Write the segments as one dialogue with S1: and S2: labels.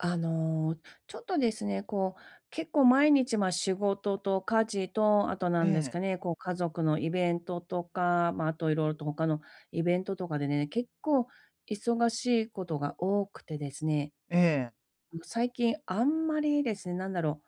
S1: あの、ちょっとですね、こう、結構毎日、ま、仕事と家事と、あとな
S2: え
S1: んです
S2: え、
S1: かね、こう、家族のイベントとか、まあ、あといろいろと他のイベントとかでね、結構忙しいことが多くてですね、
S2: ええ。
S1: 最近あんまりですね、なんだろう、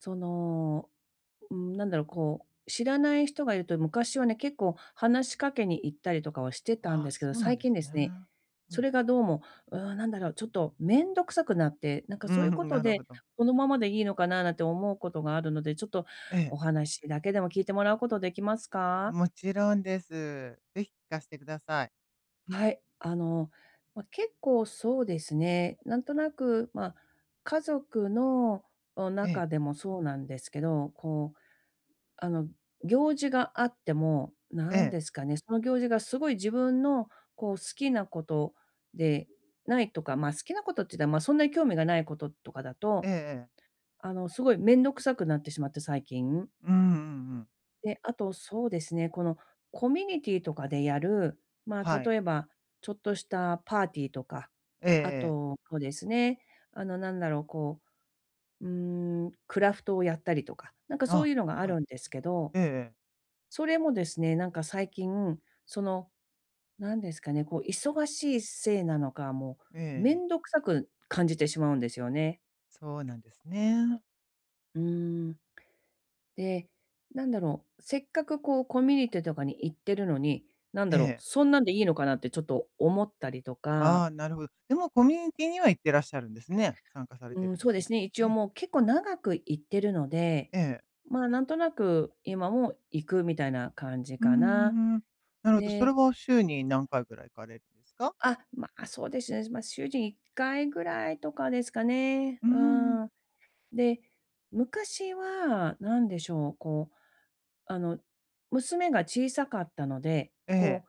S1: その、うん、なんだろう、こう、知らない人がいると昔はね、結構話しかけに行ったりとかはしてたん
S2: あ
S1: で
S2: あ、
S1: すけど、
S2: そうなん
S1: 最
S2: で
S1: 近
S2: す
S1: です
S2: ね。
S1: ね
S2: う
S1: そ
S2: ん。
S1: れがどうも、なんだろう、ちょっと面倒くさくなって、なんか
S2: う
S1: そういうこ
S2: ん、
S1: と
S2: なるほ
S1: で、
S2: ど。
S1: このままでいいのかななんて思うことがあるので、ちょっと
S2: ええ、
S1: お話だけでも聞いてもらうことできますか？
S2: もちろんです。ぜひ聞かしてください。
S1: はい、ま、結構そうですね、なんとなく、ま、家族の、お
S2: ええ、
S1: 中でもそうなんですけど、こうあの、行事があっても、
S2: え
S1: なん
S2: え、
S1: ですかね、その行事がすごい自分のこう好きなことでないとか、まあ、好きなことって言ったらまあ、そんなに興味がないこととかだ
S2: ええ
S1: と、
S2: ええ。
S1: すごい面倒くさくなってしまって最近。
S2: うんうんうん。
S1: で、あとそうですね、このコミュニティとかでやる、まあ、
S2: はい。
S1: 例えばちょっとしたパーティーとか、
S2: ええ
S1: あ
S2: ええ。
S1: と、そうですね、なんだろう、こう、うークラフトをやったりとか、なんかそう
S2: あ、
S1: いうのがあ
S2: はい。
S1: るんですけど
S2: ええええ。
S1: それもですね、なんか最近、その、なんですかね、こう忙しいせいなのか、もうめ
S2: ええ
S1: んどくさく感じてしまうんですよね。
S2: そうなんですね。
S1: うーん。で、なんだろう、せっかくこうコミュニティとかに行ってるのに、なん
S2: え
S1: だろう、
S2: え。
S1: そんなんでいいのかなってちょっと思ったりと
S2: あ
S1: か、
S2: あ、なるほど。でもコミュニティには行ってらっしゃるんですね。参加されて
S1: う
S2: る
S1: ん、
S2: んで
S1: そう
S2: す
S1: ですね、一応
S2: ね。
S1: もう結構長く行ってるので、
S2: ええ。
S1: まあなんとなく今も行くみたいな感じ
S2: うん
S1: かな。
S2: うんうん。なるほど、それ
S1: で、
S2: は週に何回ぐらい行かれるんですか？
S1: あ、まあ、そうですね。まあ、週に1回ぐらいとかですかね。
S2: うん
S1: う
S2: うん。
S1: ん。で、昔はなんでしょう、こう、あの、娘が小さかったので、
S2: え
S1: こ
S2: え。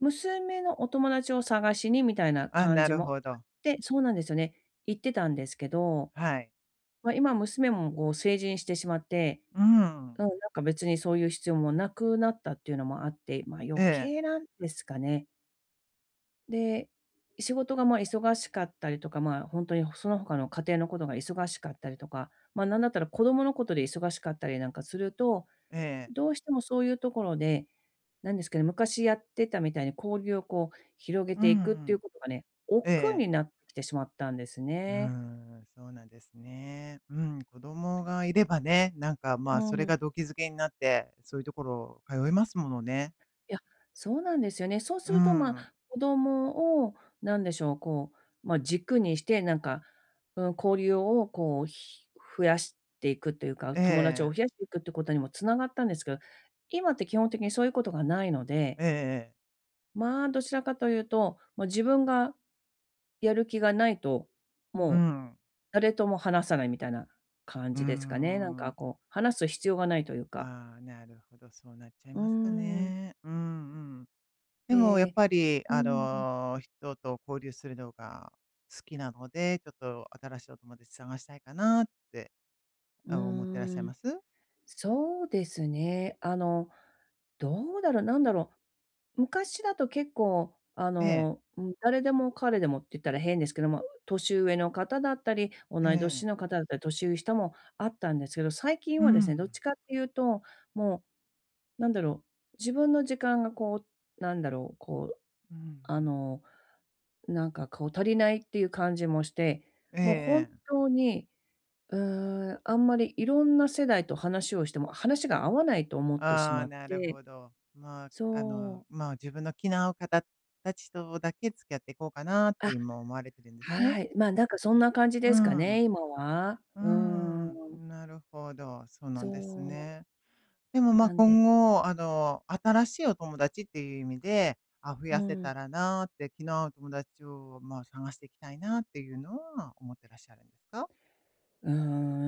S1: う、娘のお友達を探しにみたいな
S2: あ、
S1: 感
S2: な
S1: じ
S2: る
S1: も
S2: ほ
S1: あっ
S2: ど。
S1: てそうなんですよね。行ってたんですけど、
S2: はい。
S1: まあ、今娘もこう成人してしまって、
S2: うん。
S1: うん、なんか別にそういう必要もなくなったっていうのもあって、ま、余
S2: ええ、
S1: 計なんですかね。で、仕事がまあ忙しかったりとか、まあ、本当にその他の家庭のことが忙しかったりとか、ま、なんだったら子供のことで忙しかったりなんかすると、
S2: ええ。
S1: どうしてもそういうところで、なんですけど昔やってたみたいに交流をこう広げ
S2: う
S1: ていくっていう
S2: ん
S1: ことがね、
S2: え
S1: 億劫
S2: え。
S1: になってきてしまったんです
S2: うー
S1: ね。
S2: ん、そうなんですね。うん、子供がいればね、なんか、ま
S1: う
S2: あ、それ
S1: ん。
S2: が動機づけになって、そういうところ通いますものね。
S1: いや、そうなんですよね。そうす
S2: う
S1: ると、まあ、
S2: ん。
S1: 子供をなんでしょう、こう、まあ、軸にして、なんか、うん、交流をこう、増やしていくというか、
S2: え
S1: 友達を
S2: え、
S1: 増やしていくってことにもつながったんですけど、今って基本的にそういうことがないので、
S2: ええええ。
S1: まあ、どちらかというと、もう自分がやる気がないと、
S2: う
S1: もう
S2: ん。
S1: 誰とも話さないみたいな感
S2: うー
S1: じですかね。なんか
S2: ん。
S1: こう、話す必要がないというか。
S2: ああ、なるほど、そうなっちゃい
S1: うー
S2: ますか
S1: ん。
S2: ね。うんうん。でもやっ
S1: で、
S2: ぱり、
S1: うーん。
S2: 人と交流するのが好きなので、ちょっと新しいお友達探したいかなって
S1: う
S2: あを持ってらっし
S1: ー
S2: ゃい
S1: ん。
S2: ます？
S1: そうですね。どうだろう、なんだろう、昔だと結構、
S2: ええ、
S1: うん、誰でも彼でもって言ったら変ですけども、年上の方だったり、同
S2: え
S1: い年
S2: え。
S1: の方だったり、年上下もあったんですけど、最近
S2: う
S1: はですね、どっ
S2: ん。
S1: ちかっていうと、もうなんだろう、自分の時間がこう、なんだろう、こう、
S2: うんう
S1: あ
S2: ん。
S1: の、なんかこう足りないっていう感じもして、
S2: ええ
S1: もう本
S2: ええ。
S1: 当にあんまりいろんな世代と話をしても、話が合わないと思ってし
S2: ああ、
S1: まっ
S2: なる
S1: て、
S2: ほど。まあ、
S1: そう。
S2: まあ、自分の気の合う方たちとだけ付き合っていこうかなって
S1: あ、
S2: 今思われてるんですね。
S1: はい。まあ、なんかそんな感じ
S2: う
S1: ですか
S2: ん。
S1: ね、今は。
S2: う
S1: うー
S2: ん、
S1: ん。
S2: なるほど、そうな
S1: そ
S2: んです
S1: う、
S2: ね。でも、ま、
S1: なんで
S2: 今後、新しいお友達っていう意味で、あ、増や
S1: う
S2: せ
S1: ん。
S2: たらなーって、気の合う友達を、まあ、探していきたいなっていうのは思ってらっしゃるんですか？
S1: うー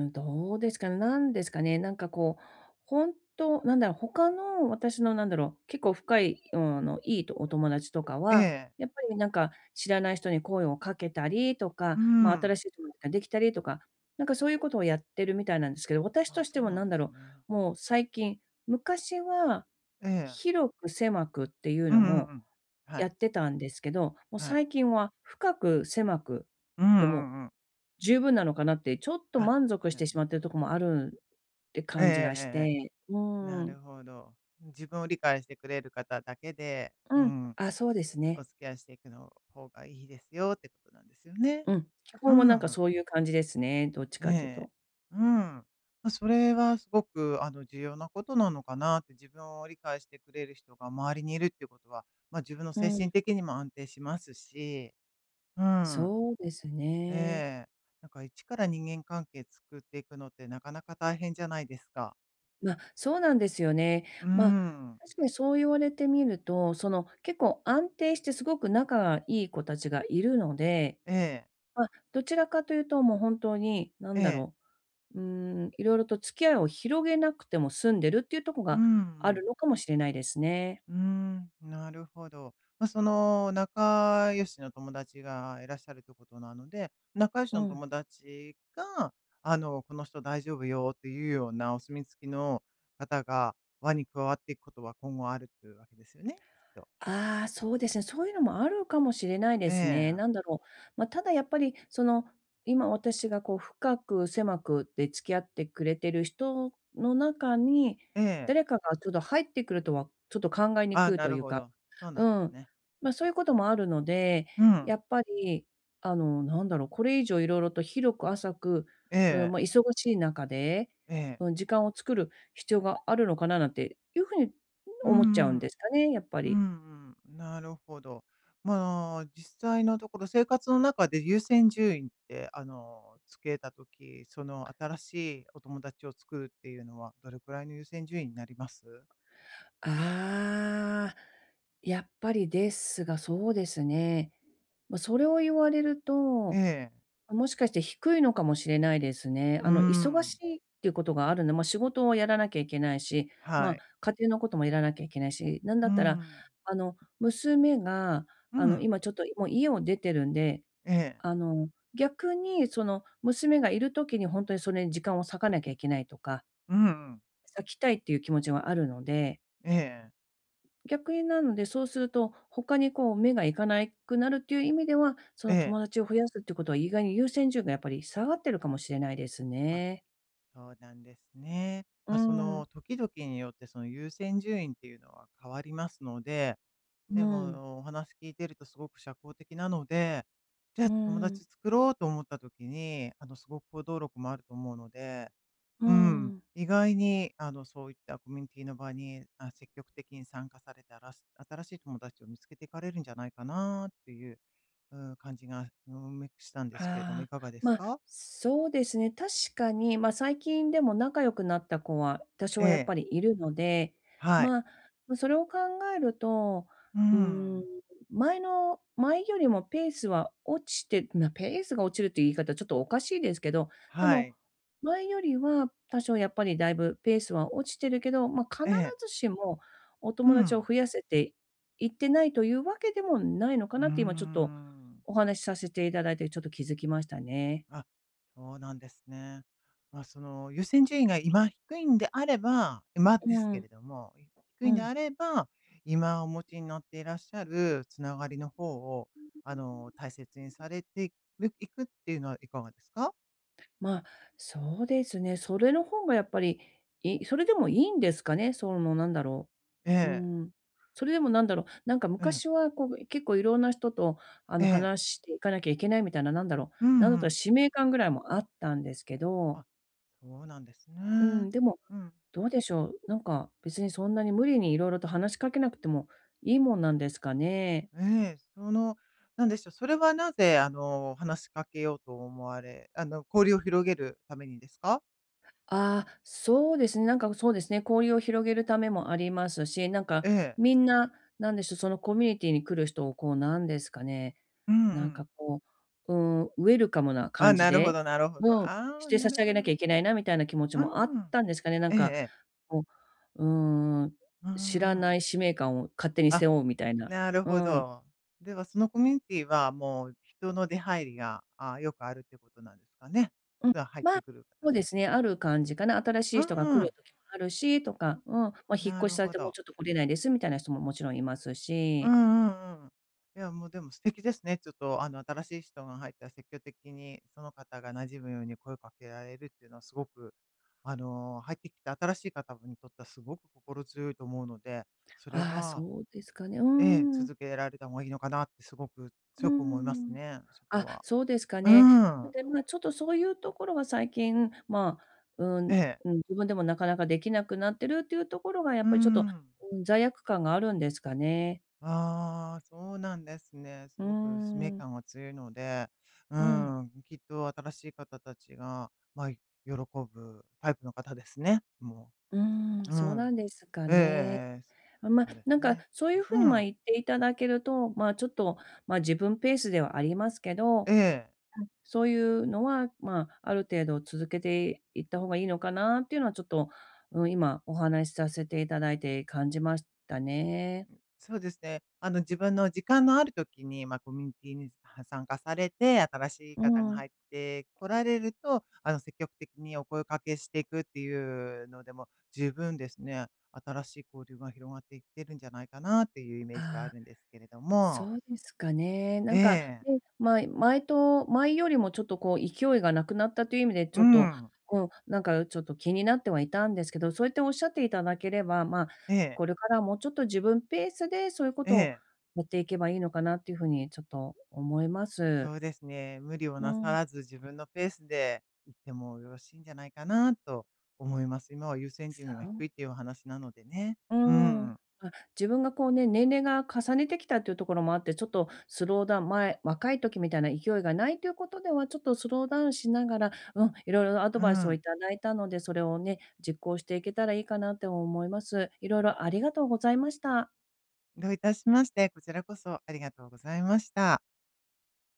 S1: どうですかね、なんですかね、なんかこう、本当なんだろう、他の私のなんだろう、結構深い、いいとお友達とか
S2: え
S1: は、
S2: え。
S1: やっぱりなんか知らない人に声をかけたりと
S2: う
S1: か、まあ、
S2: ん。
S1: 新しい友達ができたりとか、なんかそういうことをやってるみたいなんですけど、私
S2: あ
S1: として
S2: そう
S1: は
S2: なん
S1: なん
S2: で
S1: だ
S2: す
S1: ろ
S2: ね。
S1: う、もう最近、昔は
S2: ええ。
S1: 広く狭くっていう
S2: うん
S1: の
S2: うん
S1: も
S2: うん。は
S1: やっ
S2: い、
S1: てたんですけど、もう
S2: はい。
S1: 最近は深く狭く、
S2: うんう
S1: でも
S2: んうん。
S1: 十分なのかなって、ちょっと
S2: あ、
S1: 満足し
S2: な
S1: てし
S2: る
S1: まってる
S2: ほ
S1: とこ
S2: ど。
S1: もあるって
S2: ええええ
S1: 感じがし
S2: え
S1: て。う
S2: え。
S1: ー
S2: な
S1: ん。
S2: るほど。自分を理解してくれる方だけで、う
S1: うん。
S2: ん、
S1: あ、そうです
S2: お
S1: ね。
S2: 付き合いしていくの方がいいですよってことなんですよね。
S1: うん。基
S2: う
S1: 本はなんか
S2: ん。
S1: そういう感じですね、どっち
S2: え
S1: かっていう
S2: え。
S1: と。
S2: うん。ま、それはすごく、重要なことなのかなって、自分を理解してくれる人が周りにいるっていうことは、まあ、自分の
S1: う
S2: 精
S1: ん。
S2: 神的にも安定しますし、うん。
S1: そうです
S2: え
S1: ね。
S2: え。なんか一から人間関係作っていくのってなかなか大変じゃないですか。
S1: ま、そうなんですよね。
S2: うー
S1: ま、
S2: ん。
S1: 確かにそう言われてみると、その、結構安定してすごく仲がいい子たちがいるので、
S2: ええ、
S1: ま、どちらかというともう本当に、なん
S2: え
S1: だ
S2: え。
S1: ろううーいろいろと付き合いを広げなくても済んでるっていうとこ
S2: うん
S1: が
S2: う
S1: あ
S2: ん。
S1: るのかもしれないですね。
S2: うーん、なるほど。まあ、その仲良しの友達がいらっしゃるってことなので、仲良し
S1: う
S2: の
S1: ん。
S2: 友達が、この人大丈夫よっていうようなお墨付きの方が輪に加わっていくことは今後あるっていうわけですよね、きっと。
S1: ああ、そうですね。そういうのもあるかもしれない
S2: え
S1: ですね。
S2: え、
S1: なんだろう。まあ、ただやっぱりその、今私がこう深く狭くで付き合ってくれてる人の中に、
S2: ええ。
S1: 誰かがちょっと入ってくるとはちょっと考えに
S2: ああ、
S1: くい
S2: な
S1: と
S2: る
S1: いう
S2: ほ
S1: か、
S2: ど。そう
S1: う
S2: なんです
S1: ん。
S2: ね。
S1: まあ、そういうこともあるので、
S2: うん。
S1: やっぱり、なんだろう、これ以上いろいろと広く浅く、
S2: え
S1: うん、まあ、
S2: え。
S1: 忙しい中で、
S2: ええ。
S1: うん、時間を作る必要があるのかななんていうふうに
S2: う
S1: 思っちゃう
S2: んう
S1: ん
S2: ん。
S1: ですかね、やっぱ
S2: う
S1: り。
S2: んうん。なるほど。まあ、実際のところ生活の中で優先順位って、つけたとき、その新しいお友達を作るっていうのはどれくらいの優先順位になります？
S1: ああ、やっぱりですが、そうですね。まあ、それを言われる
S2: え
S1: と、
S2: え。
S1: もしかして低いのかもしれないですね。
S2: う
S1: 忙し
S2: ん。
S1: いっていうことがあるのでまあ、仕事をやらなきゃいけないし、ま
S2: は
S1: あ、
S2: い。
S1: 家庭のこともやらなきゃいけないし、なん
S2: う
S1: だったら、
S2: ん。
S1: 娘が、
S2: うん。
S1: 今ちょっともう家を出てるんで、
S2: ええ。
S1: あの、逆にその、娘がいるときに本当とにそれに時間を割かなきゃいけないとか、
S2: うんうん。
S1: 割きたいっていう気持ちはあるので
S2: ええ、
S1: 逆になので、そうすると、他にこう目がいかないくなるっていう意味では、そ
S2: え
S1: の
S2: え。
S1: 友達を増やすってことは意外に優先順位がやっぱり下がってるかもしれないです
S2: あ、
S1: ね。
S2: そうなんですね。
S1: う
S2: まあ、その
S1: ん。
S2: 時々によってその優先順位っていうのは変わりますのでで
S1: うん。
S2: も、お話聞いてるとすごく社交的なので、じゃあ
S1: う
S2: 友達
S1: ん。
S2: 作ろうと思った時に、すごく行動力もあると思うので、
S1: う
S2: うん、
S1: ん。
S2: 意外に、そういったコミュニティの場に、あ、積極的に参加されて、あらす新しい友達を見つけていかれるんじゃないかなっていう、うん、感じが、うん、めしたんですけれども、
S1: あ
S2: い
S1: あ、
S2: かがです
S1: まあ、
S2: か？
S1: そうですね、確かに、まあ、最近でも仲良くなった子は多
S2: え
S1: 少やっ
S2: え、
S1: ぱりいるので、
S2: はい。
S1: まあ、ま、それを考えると、
S2: うー
S1: うーん、
S2: ん、
S1: 前の前よりもペースは落ちてなペースが落ちるっていう言い方ちょっとおかしいですけど、で
S2: は
S1: も、
S2: い。
S1: 前よりは多少やっぱりだいぶペースは落ちてるけど、ま、必
S2: ええ、
S1: ずしもお
S2: う
S1: 友達を
S2: ん、
S1: 増やせていってないというわけでもないのか
S2: うー
S1: なって今ちょっと
S2: ん。
S1: お話しさせていただいてちょっと気づきましたね。
S2: あ、そうなんですね。まあ、その優先順位が今低いんであれば今で
S1: う
S2: すけ
S1: ん、
S2: れども、低
S1: う
S2: いんで
S1: ん。
S2: あれば、今お持ちになっていらっしゃるつながりの方を、大切にされていくっていうのはいかがですか？
S1: まあ、そうですね。それの方がやっぱり、それでもいいんですかね？そのなんだろ
S2: え
S1: う、う
S2: え、
S1: ん。それでもなんか
S2: ええ、
S1: 昔はこう結構いろんな人と
S2: ええ、
S1: 話していかなきゃいけないみたいな、
S2: うん
S1: なんだっ
S2: う
S1: たら
S2: ん。
S1: 使命感ぐらいもあったんですけど、
S2: あ、そうなんですね。
S1: うん、でも
S2: うん。
S1: どうでしょう、なんか別にそんなに無理にいろいろと話しかけなくてもいいもんなんですかね？
S2: ええ、その、なんでしょう、それはなぜ、話しかけようと思われ交流を広げるためにですか？
S1: ああ、そうですね。なんかそうですね、交流を広げるためもありますし、なんか
S2: ええ。
S1: みんな、なんでしょう、そのコミュニティに来る人をこうなんですかね、
S2: うんう
S1: なん
S2: ん。
S1: かこう、うん、ウェルカムな
S2: あ、
S1: 感じ
S2: なるほ
S1: で、
S2: どなるほど。
S1: うん、
S2: あ
S1: し
S2: あ、
S1: て
S2: な
S1: 差し
S2: る
S1: 上
S2: ほ
S1: げ
S2: ど。
S1: なきゃいけないなみたいな気持ちもあっ
S2: うん。
S1: たんですかね。なん
S2: えええ
S1: か
S2: え。
S1: こう、うん、
S2: う
S1: 知らな
S2: ん
S1: い使命感を勝手に
S2: あ、
S1: 背負うみたいな。
S2: なる
S1: う
S2: ほ
S1: ん。
S2: ど。では、そのコミュニティはもう人の出入りが、あよくあるってことなんですかね。
S1: うん、
S2: が、入っ
S1: まあ、
S2: てくる方
S1: そう
S2: た
S1: です
S2: ち
S1: ね、
S2: が。
S1: ある感じかな。新しい人が来る時もあるしと
S2: う
S1: か、
S2: ん、
S1: うん、まあ、引っ
S2: な
S1: 越し
S2: る
S1: され
S2: ほ
S1: てもう
S2: ど。
S1: ちょっと来れないですみたいな人ももちろんいます
S2: うん
S1: し。
S2: うんうん。いや、もうでも素敵ですね。ちょっと新しい人が入ったら積極的にその方が馴染むように声をかけられるっていうのはすごく、入ってきた新しい方にとってはすごく心強いと思うので、それ
S1: ああ、
S2: は、
S1: そうですかね。うー
S2: ええ、
S1: ん、
S2: 続けられた方がいいのかなってすごく
S1: うー
S2: 強く思います
S1: ん。
S2: ね、そこ
S1: あ、
S2: は。
S1: そうですか
S2: う
S1: ね。な
S2: ん。
S1: ので、まあ、ちょっとそういうところが最近、まあ、う
S2: え
S1: ん、
S2: え。
S1: うん、自分でもなかなかできなくなってるっていうところがや
S2: う
S1: っぱりちょっと、
S2: ん。
S1: うん、罪悪感があるんですかね。
S2: ああ、そうなんですね。す
S1: うー
S2: ごく使命
S1: ん、
S2: 感が強いので、う
S1: うん、
S2: ん、きっと新しい方たちが、まあ、喜ぶタイプの方ですね、も
S1: うーん、
S2: う。う
S1: そうな
S2: ん。
S1: んですか
S2: えええ
S1: ね。
S2: えええ。
S1: あ、まあ、
S2: そうです
S1: なんか
S2: ね。
S1: そういう
S2: う
S1: 風に、ま、
S2: ん。
S1: 言っていただけると、まあ、ちょっと、まあ、自分ペースではありますけど、う
S2: ええ。
S1: んそういうのは、まあ、ある程度続けていった方がいいのかなっていうのはちょっと、うん、今お話しさせていただいて感じましたね。
S2: そうですね。自分の時間のある時に、まあ、コミュニティには参加されて、新しい
S1: う
S2: 方が
S1: ん。
S2: 入ってこられると、積極的にお声かけしていくっていうのでも、十分ですね、新しい交流が広がっていってるんじゃないかなっていうイメージはあ
S1: ああ。
S2: るんですけれども。
S1: そうですかね。
S2: え
S1: なんか
S2: え。
S1: ね、ま、前よりもちょっとこう勢いがなくなったという意味でち
S2: う
S1: ょっと、
S2: ん。
S1: うん、なんかちょっと気になってはいたんですけど、そうやっておっしゃっていただければ、ま、あ
S2: ええ、
S1: これからもうちょっと自分ペースでそういうこ
S2: え
S1: とを
S2: え。
S1: やっていけばいいのかなっていうふうにちょっと思います。
S2: そうですね。無理を
S1: う
S2: なさ
S1: ん。
S2: らず、自分のペースで行ってもよろしいんじゃないかなと思います。今は優先順位が
S1: そう
S2: 低いっていうお話なのでね。
S1: う
S2: う
S1: ん。
S2: ん。
S1: まあ、自分がこうね、年齢が重ねてきたっていうところもあって、ちょっとスローダウン前若い時みたいな勢いがないということでは、ちょっとスローダウンしながら、うん、いろいろアド
S2: う
S1: バイスを
S2: ん。
S1: いただいたので、それをね、実行していけたらいいかなって思います。いろいろありがとうございました。
S2: どういたしまして、こちらこそありがとうございました。